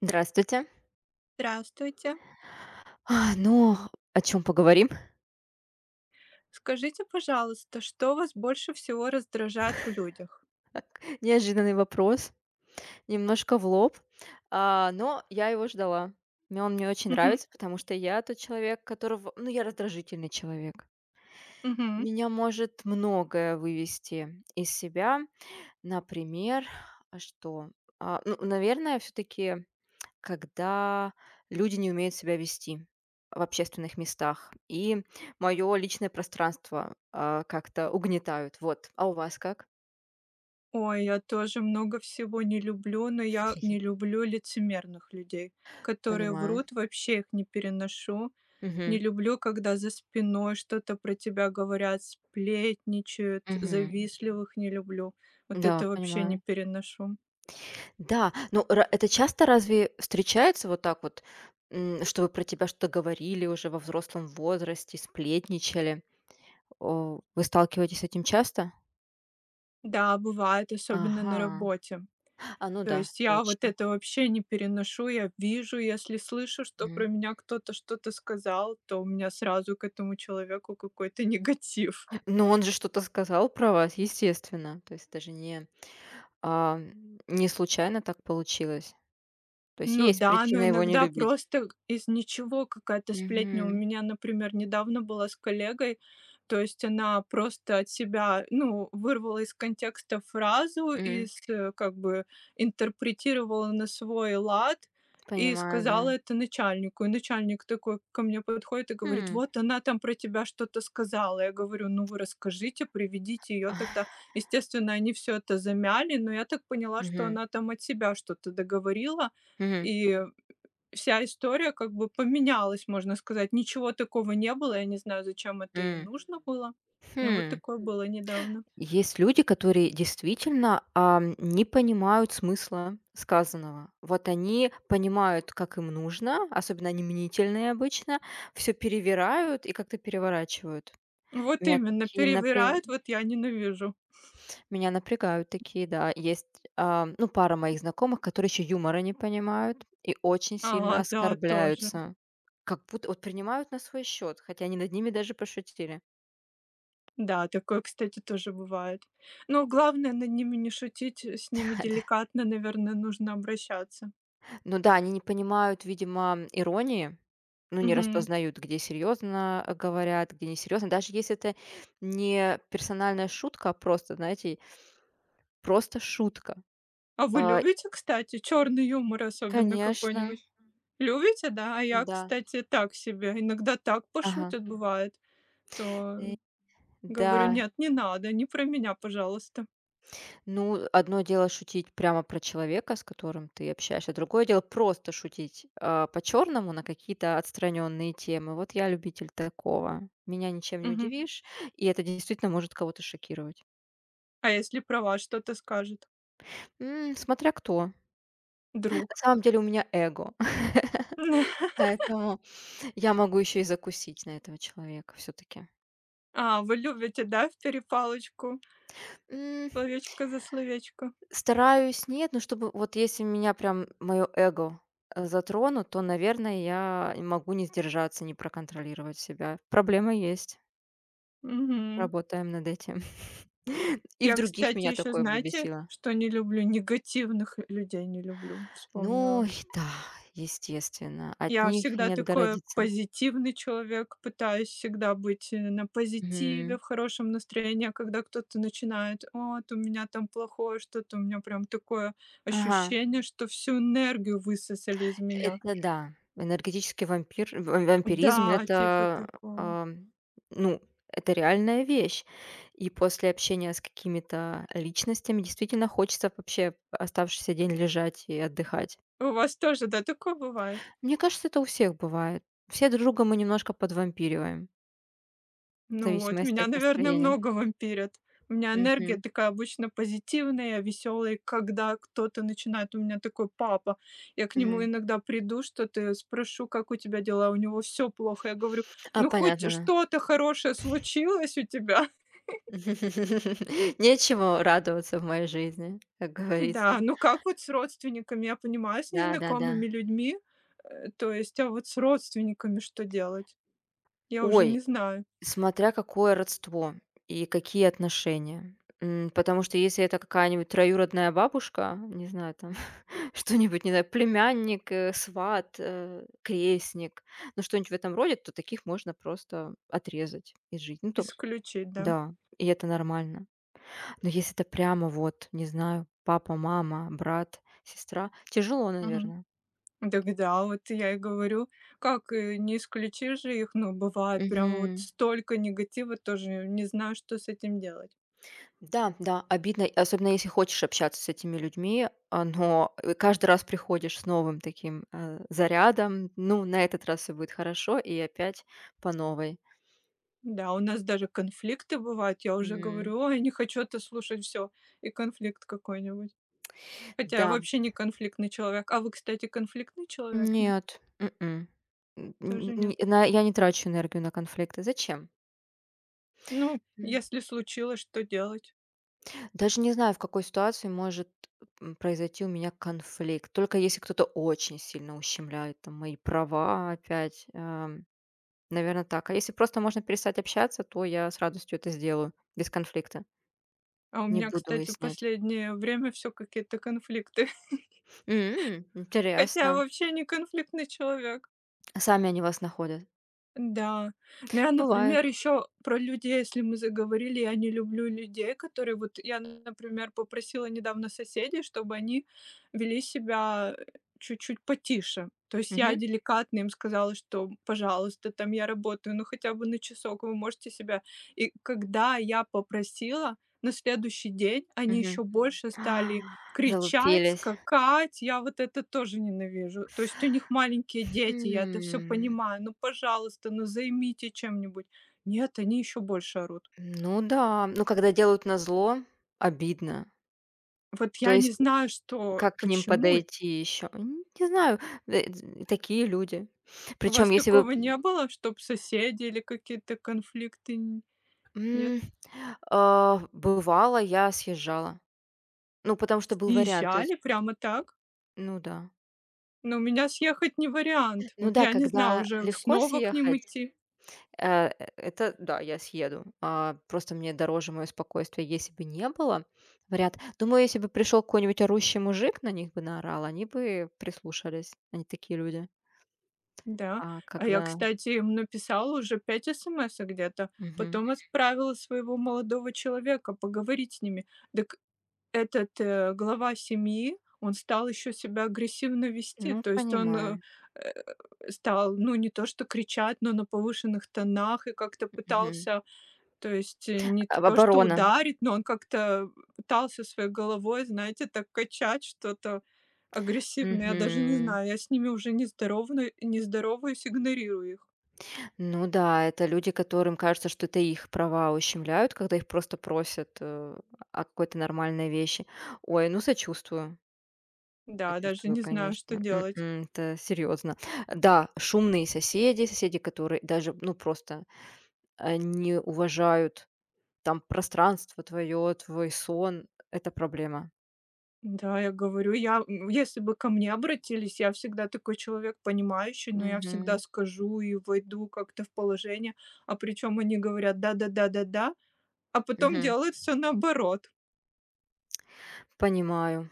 Здравствуйте. Здравствуйте. А, ну, о чем поговорим? Скажите, пожалуйста, что вас больше всего раздражает в людях? Неожиданный вопрос, немножко в лоб, но я его ждала. Мне он мне очень Мгм. нравится, потому что я тот человек, которого я раздражительный человек. Мгм. Меня может многое вывести из себя. Например, а что? Ну, наверное, все таки когда люди не умеют себя вести в общественных местах, и моё личное пространство, как-то угнетают. Вот. А у вас как? Ой, я тоже много всего не люблю, но я не люблю лицемерных людей, которые Понимаю. врут, вообще их не переношу. Не Мгм. люблю, когда за спиной что-то про тебя говорят, сплетничают, Мгм. завистливых не люблю. Вот Да, это вообще не понимаю. переношу. Да, ну ра это часто разве встречается вот так вот, чтобы про тебя что-то говорили уже во взрослом возрасте, сплетничали? О, вы сталкиваетесь с этим часто? Да, бывает, особенно на Ага. работе. А, ну То да, есть я вот точно. это вообще не переношу. Я вижу, если слышу, что Мгм. про меня кто-то что-то сказал, то у меня сразу к этому человеку какой-то негатив. Но он же что-то сказал про вас, естественно. То есть даже не, а, не случайно так получилось. То есть Ну есть да, причина но его не иногда любить. просто из ничего какая-то сплетня. У Мгм. меня, например, недавно была с коллегой, то есть она просто от себя, ну, вырвала из контекста фразу, Мгм. из, как бы интерпретировала на свой лад и Понимаю, сказала да. это начальнику. И начальник такой ко мне подходит и говорит: Хм. "Вот она там про тебя что-то сказала". Я говорю: "Ну вы расскажите, приведите ее тогда". Естественно, они все это замяли, но я так поняла, что Мгм. она там от себя что-то договорила. Мгм. И вся история как бы поменялась, можно сказать. Ничего такого не было. Я не знаю, зачем это и М. нужно было. Но вот Хм. такое было недавно. Есть люди, которые действительно, не понимают смысла сказанного. Вот они понимают, как им нужно, особенно они мнительные обычно, все перевирают и как-то переворачивают. Вот Меня именно, такие напря перевирают, вот я ненавижу. меня напрягают такие, да. Есть, ну, пара моих знакомых, которые еще юмора не понимают и очень сильно А, да, тоже. оскорбляются. Как будто вот принимают на свой счет, хотя они над ними даже пошутили. Да, такое, кстати, тоже бывает. Но главное над ними не шутить, с ними деликатно, наверное, нужно обращаться. Ну да, они не понимают, видимо, иронии, ну, не Мгм. распознают, где серьезно говорят, где несерьезно. Даже если это не персональная шутка, а просто, знаете, просто шутка. А вы А, и, любите, кстати, черный юмор особенно конечно, какой-нибудь? Любите, да? А я, да. кстати, так себе. Иногда так Ага. пошутят, бывает, то Говорю: Да, "Нет, не надо, не про меня, пожалуйста". ну, одно дело шутить прямо про человека, с которым ты общаешься, другое дело просто шутить по-черному на какие-то отстраненные темы. Вот я любитель такого. Меня ничем не Мгм. удивишь, и это действительно может кого-то шокировать. А если про вас что-то скажет? М, смотря кто. На Друг. самом деле у меня эго, поэтому я могу еще и закусить на этого человека все-таки. А, вы любите, да, в перепалочку, М, словечко за словечко? Стараюсь, нет, но чтобы вот если меня прям мое эго затронут, то, наверное, я не могу не сдержаться, не проконтролировать себя. Проблема есть, Мгм. работаем над этим. И в Я, других кстати, меня еще такое бы знаете, бесило. что не люблю? Негативных людей не люблю, Ну вспомнила. и да, естественно, от Я них всегда не такой отгородиться. позитивный человек, пытаюсь всегда быть, на позитиве, Мгм. в хорошем настроении, а когда кто-то начинает: "Вот у меня там плохое что-то", у меня прям такое Ага. ощущение, что всю энергию высосали из меня. Это да. Энергетический вампир ва вампиризм- Да, типа это, такого. а, ну, это реальная вещь. И после общения с какими-то личностями действительно хочется вообще оставшийся день лежать и отдыхать. У вас тоже, да, такое бывает? Мне кажется, это у всех бывает. Все друг друга мы немножко подвампириваем в Ну вот, зависимости меня, от наверное, настроения. много вампирят. У меня энергия Мгм, такая обычно позитивная, веселая. Когда кто-то начинает, у меня такой папа, я к нему мгм. иногда приду, что-то спрошу, как у тебя дела, у него все плохо. Я говорю, А, ну хоть понятно, да. что-то хорошее случилось у тебя. Нечего радоваться в моей жизни, как Да, говорится. ну как вот с родственниками, я понимаю, с Да-да-да. незнакомыми людьми, то есть, а вот с родственниками что делать? Я уже не Ой, знаю, смотря какое родство и какие отношения. М, потому что если это какая-нибудь троюродная бабушка, не знаю, там что-нибудь, не знаю, племянник, сват, крестник, ну, что-нибудь в этом роде, то таких можно просто отрезать и жить. Ну, то исключить, да. да, и это нормально. Но если это прямо вот, не знаю, папа, мама, брат, сестра, тяжело, Мгм. наверное. Дак да, вот я и говорю, как, не исключишь же их, но бывает прям вот столько негатива, тоже не знаю, что с этим делать. Да, да, обидно, особенно если хочешь общаться с этими людьми, но, каждый раз приходишь с новым таким, зарядом. Ну, на этот раз все будет хорошо, и опять по новой. Да, у нас даже конфликты бывают, я уже М. говорю: "Ой, не хочу это слушать, все И конфликт какой-нибудь. Хотя я Да. вообще не конфликтный человек. А вы, кстати, конфликтный человек, нет? Нет. М, н Тоже нет? н на я не трачу энергию на конфликты. Зачем? Ну, М. если случилось, что делать? Даже не знаю, в какой ситуации может, произойти у меня конфликт. Только если кто-то очень сильно ущемляет там мои права опять, наверное так. А если просто можно перестать общаться, то я с радостью это сделаю без конфликта. А у Не меня, буду кстати, в выяснять. последнее время все какие-то конфликты, М, хотя я интересно. вообще не конфликтный человек. А сами они вас находят? Да. Ну я, Бывает. например, еще про людей, если мы заговорили, я не люблю людей, которые вот я, например, попросила недавно соседей, чтобы они вели себя чуть-чуть потише. То есть я Мгм, деликатно им сказала, что, пожалуйста, там я работаю, ну хотя бы на часок вы можете себя. И когда я попросила, на следующий день они мгм. еще больше А, стали Кричать, залупились. скакать, я вот это тоже ненавижу. То есть у них маленькие дети, я это все М, понимаю. Ну, пожалуйста, ну, займите чем-нибудь. Нет, они еще больше орут. ну да. Ну, когда делают на зло обидно. Вот То я не есть знаю, что как к ним почему? подойти еще? Не знаю, э, дз такие люди. У Причем, вас если вы такого не было, чтоб соседи или какие-то конфликты? Н нет? м, а, бывало, я съезжала. Ну, потому что был вариант. То есть Съезжали прямо так? ну да. Но у меня съехать не вариант. Ну Вот да, я не знаю, когда уже легко снова к ним съехать, идти. э, э, это да, я съеду. А, просто мне дороже мое спокойствие, если бы не было вряд Думаю, если бы пришел какой-нибудь орущий мужик, на них бы наорал, они бы прислушались. Они такие люди. Да. А А я, когда кстати, им написала уже 5 смс где-то. мгм. Потом отправила своего молодого человека поговорить с ними. Так этот, глава семьи, он стал еще себя агрессивно вести. Ну, То есть он, понимаю. э, стал, ну, не то что кричать, но на повышенных тонах и как-то Мгм. пытался то есть, не Об то, что оборона. ударит, но он как-то пытался своей головой, знаете, так качать что-то агрессивное. Я даже не Мгм. знаю, я с ними уже не здоровну не здороваюсь, игнорирую их. Ну да, это люди, которым кажется, что это их права ущемляют, когда их просто просят, о какой-то нормальной вещи. Ой, ну сочувствую. Да, даже Сочувствую, не знаю, что конечно. делать. Это серьезно. Да, шумные соседи, соседи, которые даже, ну, просто, не уважают там пространство твое, твой сон. Это проблема. Да, я говорю, я, м, если бы ко мне обратились, я всегда такой человек понимающий, но я всегда Мгм. скажу и войду как-то в положение. А причем они говорят: "Да-да-да-да-да", а потом Мгм. делают все наоборот. Понимаю.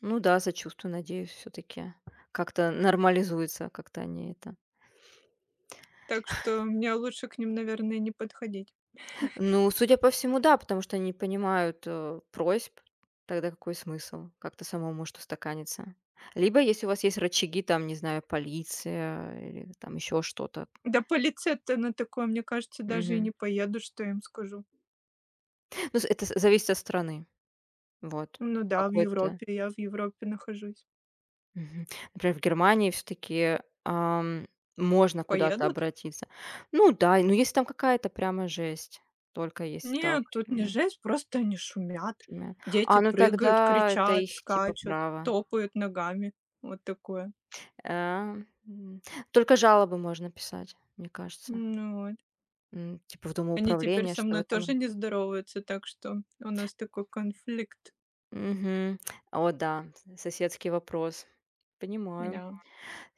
Ну да, сочувствую, надеюсь, все-таки как-то нормализуется, как-то они это Так что мне лучше к ним, наверное, не подходить. ну, судя по всему, да, потому что они не понимают, просьб. Тогда какой смысл? Как то самому может устаканиться? Либо, если у вас есть рычаги, там, не знаю, полиция или там еще что-то. Да по лице-то на такое, мне кажется, даже и не Мгм. поеду, что я им скажу. Ну, с это з зависит от страны. Вот. Ну В да, в какой-то Европе, я в Европе нахожусь. мгм. Например, в Германии все таки можно куда-то Поедут? обратиться. Ну да, ну, если там какая-то прямо жесть, только если так, Нет, тут не м, жесть, просто они шумят. шумят. Дети А, ну прыгают, тогда это кричат, их типа скачут, право. топают ногами. Вот такое. А, м. Только жалобы можно писать, мне кажется. Ну вот. М, типа в Они теперь домоуправление, со что в мной этом. тоже Р не здороваются, так что у нас такой конфликт. мгм. О да, с соседский вопрос. Понимаю. Да.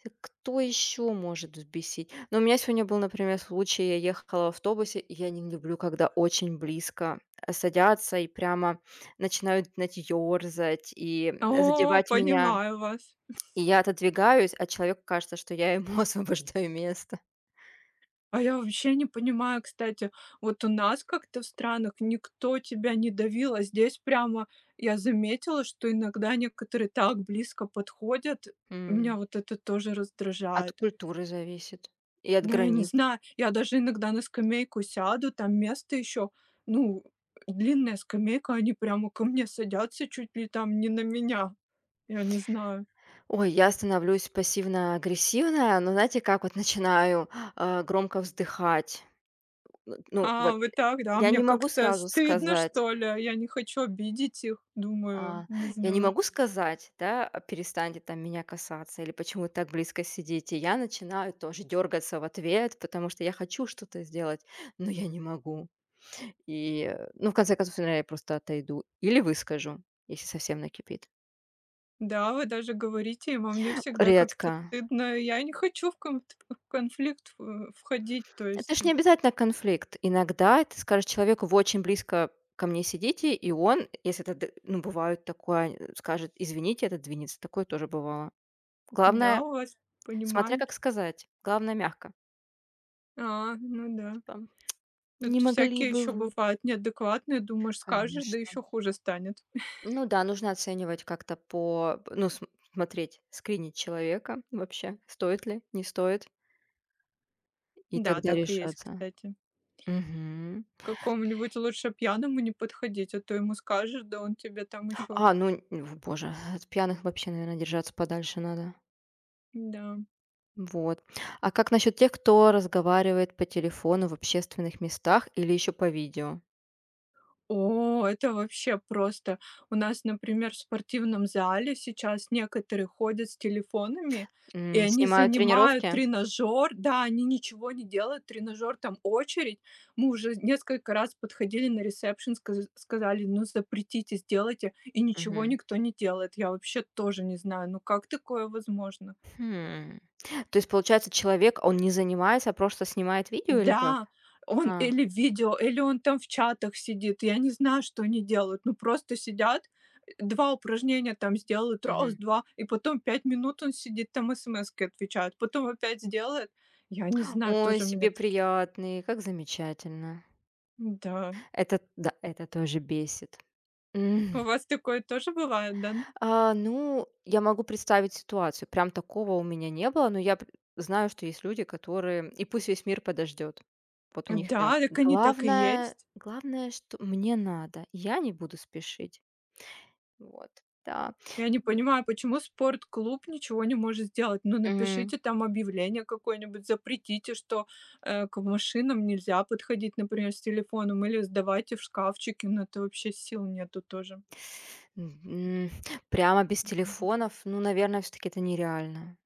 Э, кто еще может взбесить? Ну, у меня сегодня был, например, случай, я ехала в автобусе, и я не люблю, когда очень близко, садятся и прямо начинают, знаете, ёрзать и О, задевать меня. понимаю вас. И я отодвигаюсь, а человеку кажется, что я ему освобождаю место. А я вообще не понимаю, кстати, вот у нас как-то в странах никто тебя не давил, а здесь прямо я заметила, что иногда некоторые так близко подходят. Меня вот это тоже От раздражает. культуры зависит и от Но я не границ. знаю, я даже иногда на скамейку сяду, там место еще, ну, длинная скамейка, они прямо ко мне садятся чуть ли там не на меня. Я не знаю. Ой, я становлюсь пассивно-агрессивная, но знаете, как вот начинаю, громко вздыхать. Н ну, А, вот вы так, да? я Мне не могу как-то сразу стыдно, сказать, что ли? Я не хочу обидеть их, думаю, а, не я не знаю. могу сказать, да: «А, "Перестаньте там меня касаться" или "Почему вы так близко сидите?" Я начинаю тоже дергаться в ответ, потому что я хочу что-то сделать, но я не могу. Ну, в конце концов, наверное, я просто отойду или выскажу, если совсем накипит. Да, вы даже говорите им, а мне всегда как-то Редко. стыдно. Я не хочу в кон- в конфликт входить, то Это есть, ж э, не обязательно конфликт. Иногда ты скажешь человеку: "Вы очень близко ко мне сидите", и он, если это д ну, бывает такое, скажет: "Извините", это двинется. Такое тоже бывало. да, Главное, вас смотря понимают. как сказать. Главное, мягко. А, ну да. Типа: "Не Тут могли всякие бы еще вы?" бывают неадекватные, думаешь, скажешь, да Конечно. еще хуже станет. Ну да, нужно оценивать как-то по ну, см смотреть, скринить человека вообще, стоит ли, не стоит, и Да, тогда так и есть, решаться. кстати. Мгм. К Какому-нибудь лучше пьяному не подходить, а то ему скажешь, да он тебе там еще. А, ну, н в боже, от пьяных вообще, наверное, держаться подальше надо. Да. Вот. А как насчет тех, кто разговаривает по телефону в общественных местах или еще по видео? О, это вообще просто. У нас, например, в спортивном зале сейчас некоторые ходят с телефонами, и М, они снимают занимают тренировки? тренажер. Да, они ничего не делают, тренажер там очередь. Мы уже несколько раз подходили на ресепшн, сказали, ну запретите, сделайте, и ничего Мгм. никто не делает. Я вообще тоже не знаю, ну как такое возможно? Хм. То есть, получается, человек, он не занимается, а просто снимает видео или как? Да, он А, или видео, или он там в чатах сидит. Я не знаю, что они делают. Ну, просто сидят, 2 упражнения там сделают, раз, мгм. 2, и потом 5 минут он сидит, там смски отвечает, потом опять сделает. Я не знаю, Ой, тоже меня себе таки приятный, как замечательно. Да. Это, да, это тоже бесит. У вас такое тоже бывает, да? А, ну, я могу представить ситуацию. Прям такого у меня не было, но я п знаю, что есть люди, которые и пусть весь мир подождет. Вот у них Да, так. так они так и Главное есть. главное, что мне надо, я не буду спешить. Вот, да. Я не понимаю, почему спортклуб ничего не может сделать? Ну, Мгм. напишите там объявление какое-нибудь, запретите, что, к машинам нельзя подходить, например, с телефоном, или сдавайте в шкафчики, но это вообще сил нету тоже. М, прямо без Мгм. телефонов, ну, наверное, все таки это нереально.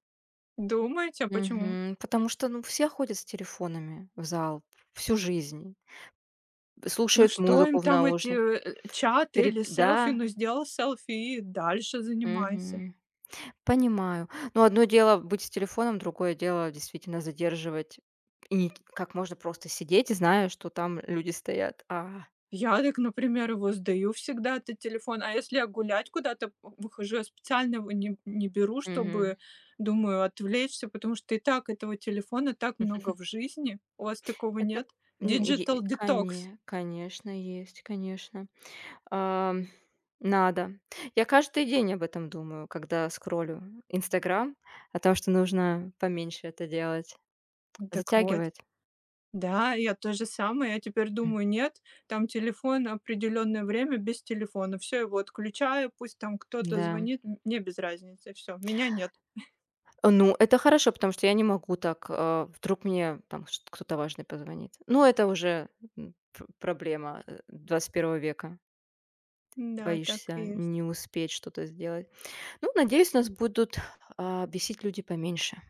Думаете, а почему? Мгм. Потому что, ну, все ходят с телефонами в зал всю жизнь, Ну, слушают что им музыку в там эти, наушник чаты переп или селфи? да, Ну, сделал селфи и дальше занимайся. мгм. Понимаю. Но одно дело быть с телефоном, другое дело действительно задерживать и не как можно просто сидеть, зная, что там люди стоят. А, Я так, например, его сдаю всегда, этот телефон. А если я гулять куда-то выхожу, я специально его не беру, мгм. чтобы, думаю, отвлечься, потому что и так этого телефона так много в жизни. У вас такого Это, нет? м, Digital е detox. коне конечно, есть, конечно. Ам, надо. Я каждый день об этом думаю, когда скроллю "Инстаграм", о том, что нужно поменьше это делать. Так вот. Затягивает. Да, я то же самое. Я теперь М, думаю, нет, там телефон определенное время без телефона. Все его отключаю, пусть там кто-то да. звонит, мне без разницы, Все, меня нет. Э, ну, это хорошо, потому что я не могу так, вдруг мне там ш кто-то важный позвонит. Ну, это уже, м, пр проблема, 21-го века. Да, так и Боишься есть. не успеть что-то сделать. Ну, надеюсь, нас будут, бесить люди поменьше.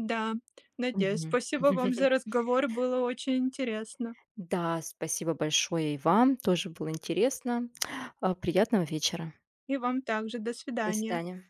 Да, надеюсь. Мгм. Спасибо вам за разговор, было очень интересно. Да, спасибо большое и вам. Тоже было интересно. А, приятного вечера. И вам также. До До свидания. свидания.